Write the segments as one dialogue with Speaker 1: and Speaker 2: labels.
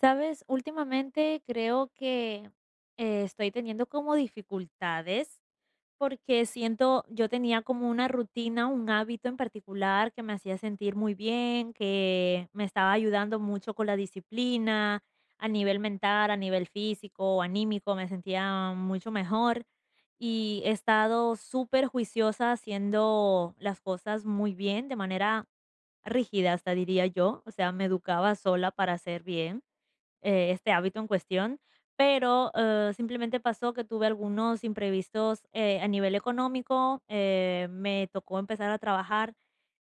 Speaker 1: Sabes, últimamente creo que estoy teniendo como dificultades porque siento, yo tenía como una rutina, un hábito en particular que me hacía sentir muy bien, que me estaba ayudando mucho con la disciplina, a nivel mental, a nivel físico, anímico, me sentía mucho mejor y he estado súper juiciosa haciendo las cosas muy bien, de manera rígida, hasta diría yo, o sea, me educaba sola para hacer bien este hábito en cuestión, pero, simplemente pasó que tuve algunos imprevistos, a nivel económico, me tocó empezar a trabajar,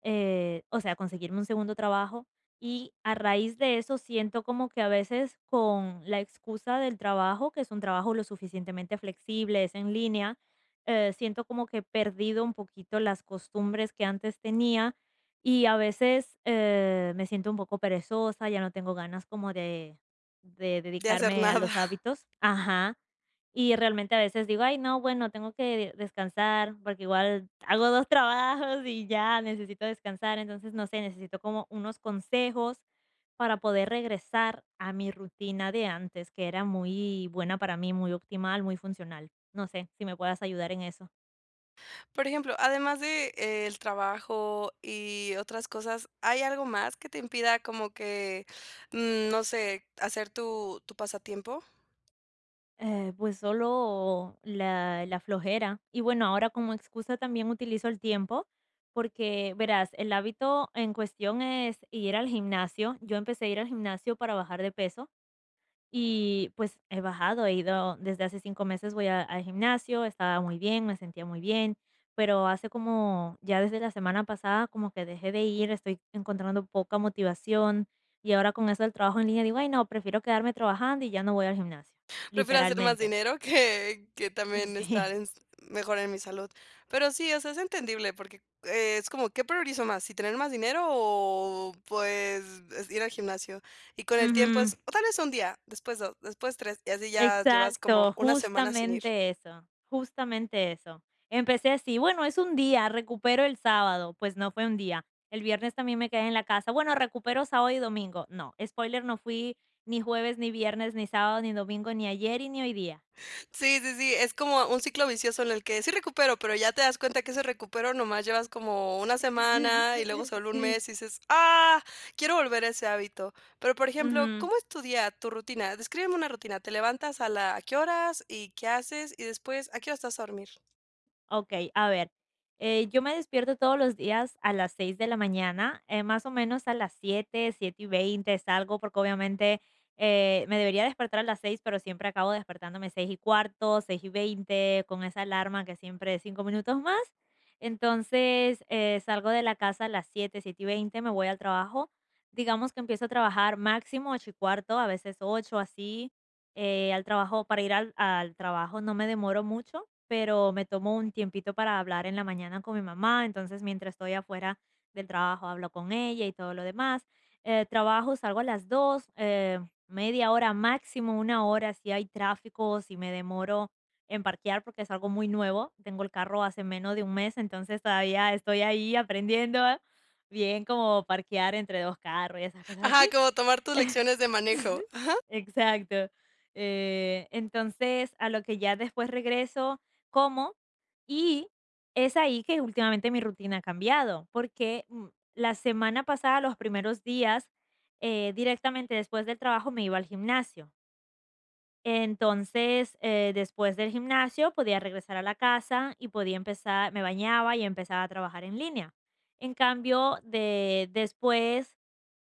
Speaker 1: o sea, conseguirme un segundo trabajo, y a raíz de eso siento como que a veces con la excusa del trabajo, que es un trabajo lo suficientemente flexible, es en línea, siento como que he perdido un poquito las costumbres que antes tenía y a veces, me siento un poco perezosa, ya no tengo ganas como de
Speaker 2: De hacer
Speaker 1: dedicarme a
Speaker 2: nada.
Speaker 1: los hábitos. Ajá. Y realmente a veces digo: "Ay, no, bueno, tengo que descansar", porque igual hago 2 trabajos y ya necesito descansar. Entonces, no sé, necesito como unos consejos para poder regresar a mi rutina de antes, que era muy buena para mí, muy optimal, muy funcional. No sé si me puedas ayudar en eso.
Speaker 2: Por ejemplo, además de, el trabajo y otras cosas, ¿hay algo más que te impida como que, no sé, hacer tu pasatiempo?
Speaker 1: Pues solo la flojera. Y bueno, ahora como excusa también utilizo el tiempo, porque verás, el hábito en cuestión es ir al gimnasio. Yo empecé a ir al gimnasio para bajar de peso y pues he bajado, he ido desde hace cinco meses, al gimnasio, estaba muy bien, me sentía muy bien, pero hace como ya desde la semana pasada como que dejé de ir, estoy encontrando poca motivación y ahora con eso del trabajo en línea digo, ay no, prefiero quedarme trabajando y ya no voy al gimnasio,
Speaker 2: Prefiero hacer más
Speaker 1: literalmente.
Speaker 2: dinero que también estar
Speaker 1: Sí.
Speaker 2: en mejor en mi salud. Pero sí, o sea, es entendible porque, es como, ¿qué priorizo más? ¿Si tener más dinero o, pues, es ir al gimnasio? Y con el tiempo
Speaker 1: Ujú.
Speaker 2: es, o tal vez un día, después 2, después 3 y así ya llevas como
Speaker 1: Exacto,
Speaker 2: una semana sin ir.
Speaker 1: justamente eso, justamente eso. Empecé así, bueno, es un día, recupero el sábado, pues no fue un día. El viernes también me quedé en la casa, bueno, recupero sábado y domingo. No, spoiler, no fui ni jueves, ni viernes, ni sábado, ni domingo, ni ayer y ni hoy día.
Speaker 2: Sí, sí, sí, es como un ciclo vicioso en el que sí recupero, pero ya te das cuenta que ese recupero nomás llevas como una semana y luego solo un
Speaker 1: Sí.
Speaker 2: mes y dices, ah, quiero volver a ese hábito. Pero, por ejemplo,
Speaker 1: Ujú.
Speaker 2: ¿cómo es tu día, tu rutina? Descríbeme una rutina. ¿Te levantas a la, a qué horas y qué haces? Y después, ¿a qué hora estás a dormir?
Speaker 1: Okey, a ver, yo me despierto todos los días a las 6 de la mañana, más o menos a las siete, 7:20 salgo, porque obviamente, me debería despertar a las 6, pero siempre acabo despertándome seis y cuarto, seis y veinte, con esa alarma que siempre es 5 minutos más. Entonces, salgo de la casa a las siete, 7:20, me voy al trabajo. Digamos que empiezo a trabajar máximo 8:15, a veces 8 así, al trabajo para ir al trabajo no me demoro mucho, pero me tomo un tiempito para hablar en la mañana con mi mamá, entonces mientras estoy afuera del trabajo hablo con ella y todo lo demás. Trabajo, salgo a las 2, media hora máximo, una hora si hay tráfico, si me demoro en parquear porque es algo muy nuevo, tengo el carro hace menos de un mes, entonces todavía estoy ahí aprendiendo bien como parquear entre dos carros y esas cosas
Speaker 2: Ajá,
Speaker 1: así.
Speaker 2: como tomar tus lecciones de manejo.
Speaker 1: Exacto. Entonces, a lo que ya después regreso, como, y es ahí que últimamente mi rutina ha cambiado, porque la semana pasada, los primeros días, directamente después del trabajo me iba al gimnasio. Entonces, después del gimnasio podía regresar a la casa y podía empezar, me bañaba y empezaba a trabajar en línea. En cambio, de después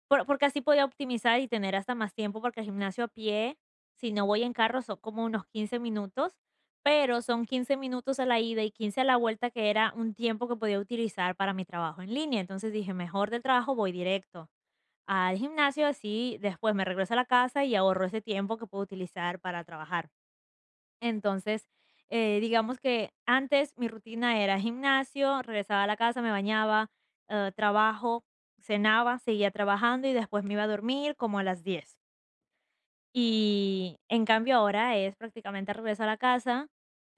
Speaker 1: porque así podía optimizar y tener hasta más tiempo, porque el gimnasio a pie, si no voy en carro, son como unos 15 minutos, pero son 15 minutos a la ida y 15 a la vuelta, que era un tiempo que podía utilizar para mi trabajo en línea. Entonces dije: "Mejor del trabajo voy directo al gimnasio, así después me regreso a la casa y ahorro ese tiempo que puedo utilizar para trabajar". Entonces, digamos que antes mi rutina era gimnasio, regresaba a la casa, me bañaba, trabajo, cenaba, seguía trabajando y después me iba a dormir como a las diez. Y en cambio ahora es prácticamente regreso a la casa,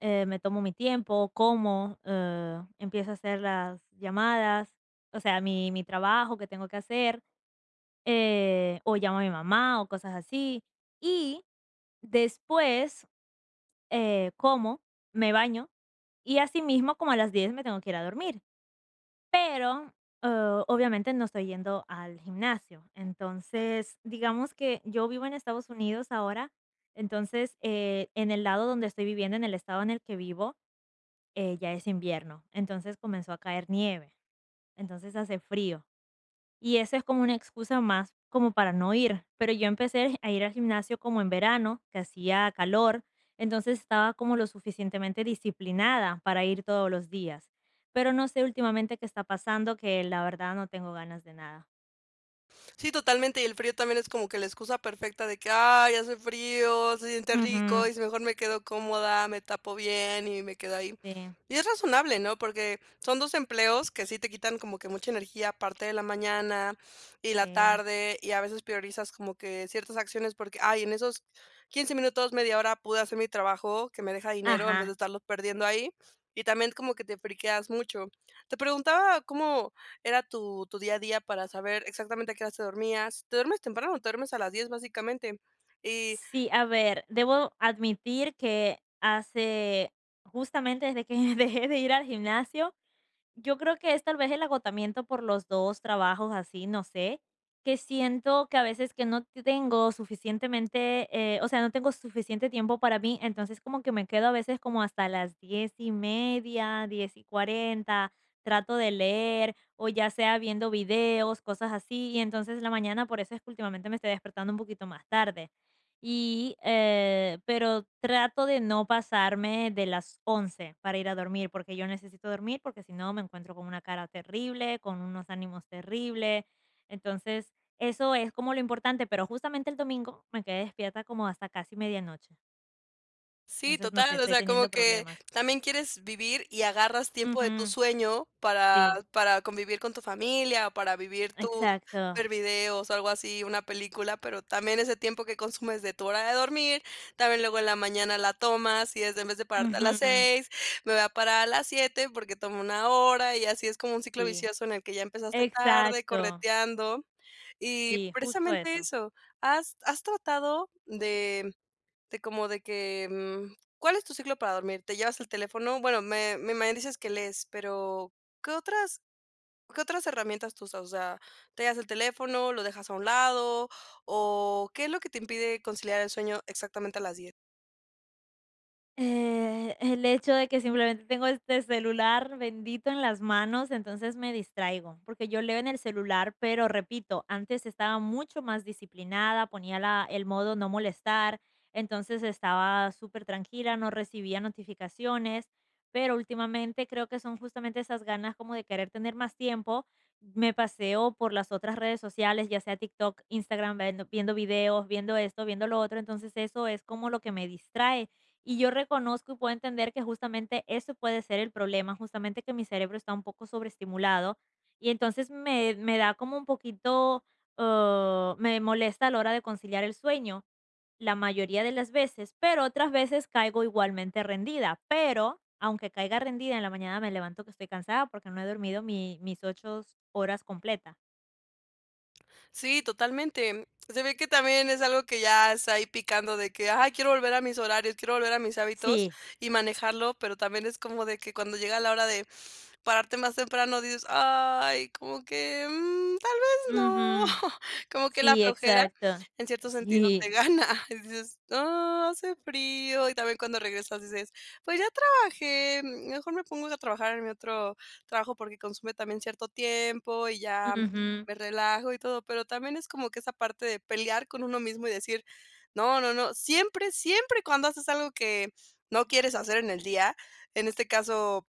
Speaker 1: me tomo mi tiempo, como, empiezo a hacer las llamadas, o sea, mi trabajo que tengo que hacer, o llamo a mi mamá o cosas así. Y después como, me baño y asimismo como a las 10 me tengo que ir a dormir. Pero, obviamente no estoy yendo al gimnasio. Entonces, digamos que yo vivo en Estados Unidos ahora, entonces, en el lado donde estoy viviendo, en el estado en el que vivo, ya es invierno. Entonces comenzó a caer nieve, entonces hace frío. Y eso es como una excusa más como para no ir, pero yo empecé a ir al gimnasio como en verano, que hacía calor, entonces estaba como lo suficientemente disciplinada para ir todos los días, pero no sé últimamente qué está pasando, que la verdad no tengo ganas de nada.
Speaker 2: Sí, totalmente, y el frío también es como que la excusa perfecta de que: "Ay, hace frío, se siente
Speaker 1: Ujú,
Speaker 2: rico, y si mejor me quedo cómoda, me tapo bien y me quedo ahí".
Speaker 1: sí,
Speaker 2: Y es razonable, ¿no? Porque son 2 empleos que sí te quitan como que mucha energía, parte de la mañana y la
Speaker 1: sí.
Speaker 2: tarde, y a veces priorizas como que ciertas acciones porque: "Ay, en esos 15 minutos, media hora pude hacer mi trabajo que me deja dinero en vez de
Speaker 1: Ajá.
Speaker 2: estarlo perdiendo ahí", y también como que te friqueas mucho. Te preguntaba cómo era tu día a día para saber exactamente a qué horas te dormías. Te duermes temprano, te duermes a las 10 básicamente. Y
Speaker 1: Sí, a ver, debo admitir que hace justamente desde que dejé de ir al gimnasio, yo creo que es tal vez el agotamiento por los 2 trabajos así, no sé, que siento que a veces que no tengo suficientemente, o sea, no tengo suficiente tiempo para mí, entonces como que me quedo a veces como hasta las 10:30, 10:40, trato de leer, o ya sea viendo videos, cosas así, y entonces la mañana por eso es que últimamente me estoy despertando un poquito más tarde. Y, pero trato de no pasarme de las 11 para ir a dormir, porque yo necesito dormir, porque si no me encuentro con una cara terrible, con unos ánimos terribles. Entonces, eso es como lo importante, pero justamente el domingo me quedé despierta como hasta casi medianoche.
Speaker 2: sí,
Speaker 1: Entonces, no sé,
Speaker 2: total, o
Speaker 1: estoy
Speaker 2: sea, como
Speaker 1: teniendo
Speaker 2: que
Speaker 1: problemas.
Speaker 2: también quieres vivir y agarras tiempo de tu
Speaker 1: Ujú,
Speaker 2: sueño
Speaker 1: sí,
Speaker 2: para convivir con tu familia, o para vivir tus
Speaker 1: exacto.
Speaker 2: ver videos, o algo así, una película, pero también ese tiempo que consumes de tu hora de dormir, también luego en la mañana la tomas y es de en vez de pararte a
Speaker 1: Ujú,
Speaker 2: las 6, me voy a parar a las 7 porque tomo una hora y así es como un ciclo
Speaker 1: sí,
Speaker 2: vicioso en el que ya empezaste tarde,
Speaker 1: exacto.
Speaker 2: correteando. Y
Speaker 1: Sí, justo
Speaker 2: precisamente
Speaker 1: eso.
Speaker 2: eso, ¿has tratado de como de que, cuál es tu ciclo para dormir? ¿Te llevas el teléfono? Bueno, me dices que lees, pero, ¿qué otras herramientas tú usas? O sea, ¿te llevas el teléfono, lo dejas a un lado? ¿O qué es lo que te impide conciliar el sueño exactamente a las 10?
Speaker 1: El hecho de que simplemente tengo este celular bendito en las manos, entonces me distraigo, porque yo leo en el celular, pero repito, antes estaba mucho más disciplinada, ponía el modo no molestar, entonces estaba súper tranquila, no recibía notificaciones, pero últimamente creo que son justamente esas ganas como de querer tener más tiempo. Me paseo por las otras redes sociales, ya sea TikTok, Instagram, viendo, viendo videos, viendo esto, viendo lo otro, entonces eso es como lo que me distrae y yo reconozco y puedo entender que justamente eso puede ser el problema, justamente que mi cerebro está un poco sobreestimulado y entonces me da como un poquito, me molesta a la hora de conciliar el sueño la mayoría de las veces, pero otras veces caigo igualmente rendida, pero aunque caiga rendida en la mañana me levanto que estoy cansada porque no he dormido mis 8 horas completas.
Speaker 2: Sí, totalmente. Se ve que también es algo que ya está ahí picando de que, ay, quiero volver a mis horarios, quiero volver a mis hábitos
Speaker 1: Sí,
Speaker 2: y manejarlo, pero también es como de que cuando llega la hora de pararte más temprano dices, ay, como que tal vez no,
Speaker 1: ujú,
Speaker 2: como que la
Speaker 1: sí,
Speaker 2: flojera
Speaker 1: exacto,
Speaker 2: en cierto sentido te
Speaker 1: sí,
Speaker 2: gana y dices, no, hace frío y también cuando regresas dices, pues ya trabajé, mejor me pongo a trabajar en mi otro trabajo porque consume también cierto tiempo y ya
Speaker 1: ujú,
Speaker 2: me relajo y todo, pero también es como que esa parte de pelear con uno mismo y decir: "No, no, no", siempre, siempre cuando haces algo que no quieres hacer en el día, en este caso,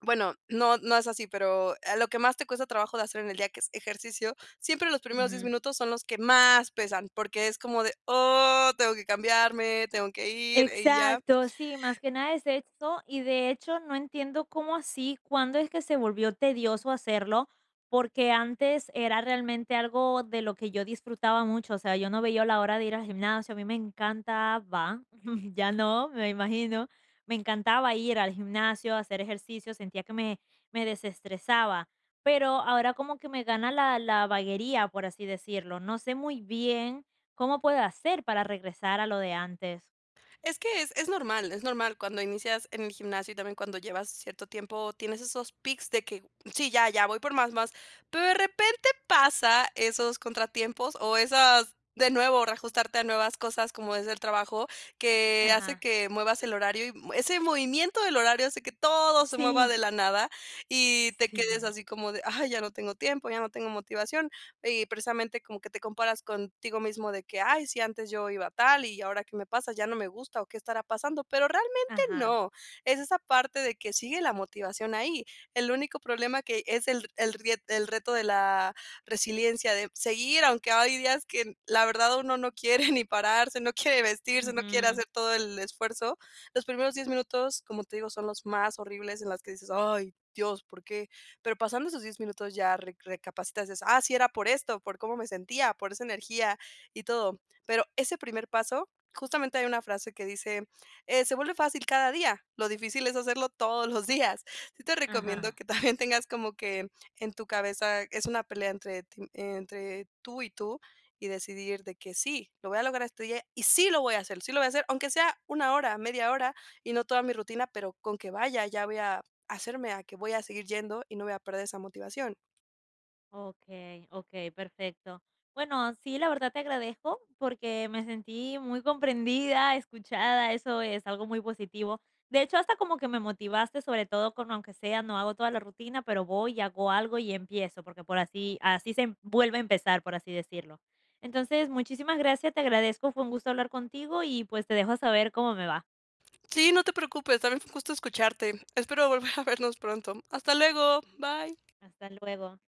Speaker 2: bueno, no es así, pero a lo que más te cuesta trabajo de hacer en el día, que es ejercicio, siempre los primeros 10
Speaker 1: ujú.
Speaker 2: minutos son los que más pesan, porque es como de: "Oh, tengo que cambiarme, tengo que ir", y ya.
Speaker 1: Exacto, sí, más que nada es eso, y de hecho no entiendo cómo así, cuándo es que se volvió tedioso hacerlo, porque antes era realmente algo de lo que yo disfrutaba mucho, o sea, yo no veía la hora de ir al gimnasio, a mí me encantaba, ya no, me imagino, me encantaba ir al gimnasio, hacer ejercicio, sentía que me desestresaba, pero ahora como que me gana la vaguería, por así decirlo, no sé muy bien cómo puedo hacer para regresar a lo de antes.
Speaker 2: Es que es normal, es normal. Cuando inicias en el gimnasio y también cuando llevas cierto tiempo, tienes esos pics de que: "Sí, ya, ya, voy por más, más". Pero de repente pasa esos contratiempos o esas de nuevo, reajustarte a nuevas cosas, como es el trabajo, que hace
Speaker 1: Ajá.
Speaker 2: que muevas el horario y ese movimiento del horario hace que todo se mueva
Speaker 1: Sí,
Speaker 2: de la nada y te quedes
Speaker 1: sí.
Speaker 2: así como de: "Ay, ya no tengo tiempo, ya no tengo motivación". Y precisamente como que te comparas contigo mismo de que, ay, si antes yo iba tal y ahora qué me pasa, ya no me gusta o qué estará pasando, pero realmente
Speaker 1: Ajá.
Speaker 2: no, es esa parte de que sigue la motivación ahí. El único problema que es el reto de la resiliencia, de seguir, aunque hay días que la verdad uno no quiere ni pararse, no quiere vestirse, no quiere
Speaker 1: Ujú.
Speaker 2: hacer todo el esfuerzo. Los primeros 10 minutos, como te digo, son los más horribles en las que dices: "Ay, Dios, ¿por qué?", pero pasando esos 10 minutos ya recapacitas, dices, ah, sí era por esto, por cómo me sentía, por esa energía y todo. Pero ese primer paso, justamente hay una frase que dice, se vuelve fácil cada día, lo difícil es hacerlo todos los días. Sí te recomiendo
Speaker 1: Ajá.
Speaker 2: que también tengas como que en tu cabeza es una pelea entre, entre tú y tú y decidir de que sí, lo voy a lograr este día y sí lo voy a hacer, sí lo voy a hacer, aunque sea una hora, media hora y no toda mi rutina, pero con que vaya, ya voy a hacerme a que voy a seguir yendo y no voy a perder esa motivación.
Speaker 1: Okey, okey, perfecto. Bueno, sí, la verdad te agradezco porque me sentí muy comprendida, escuchada, eso es algo muy positivo. De hecho, hasta como que me motivaste, sobre todo con aunque sea, no hago toda la rutina, pero voy y hago algo y empiezo, porque por así vuelve a empezar, por así decirlo. Entonces, muchísimas gracias, te agradezco, fue un gusto hablar contigo y, pues, te dejo saber cómo me va.
Speaker 2: Sí, no te preocupes, también fue un gusto escucharte. Espero volver a vernos pronto. Hasta luego, bye.
Speaker 1: Hasta luego.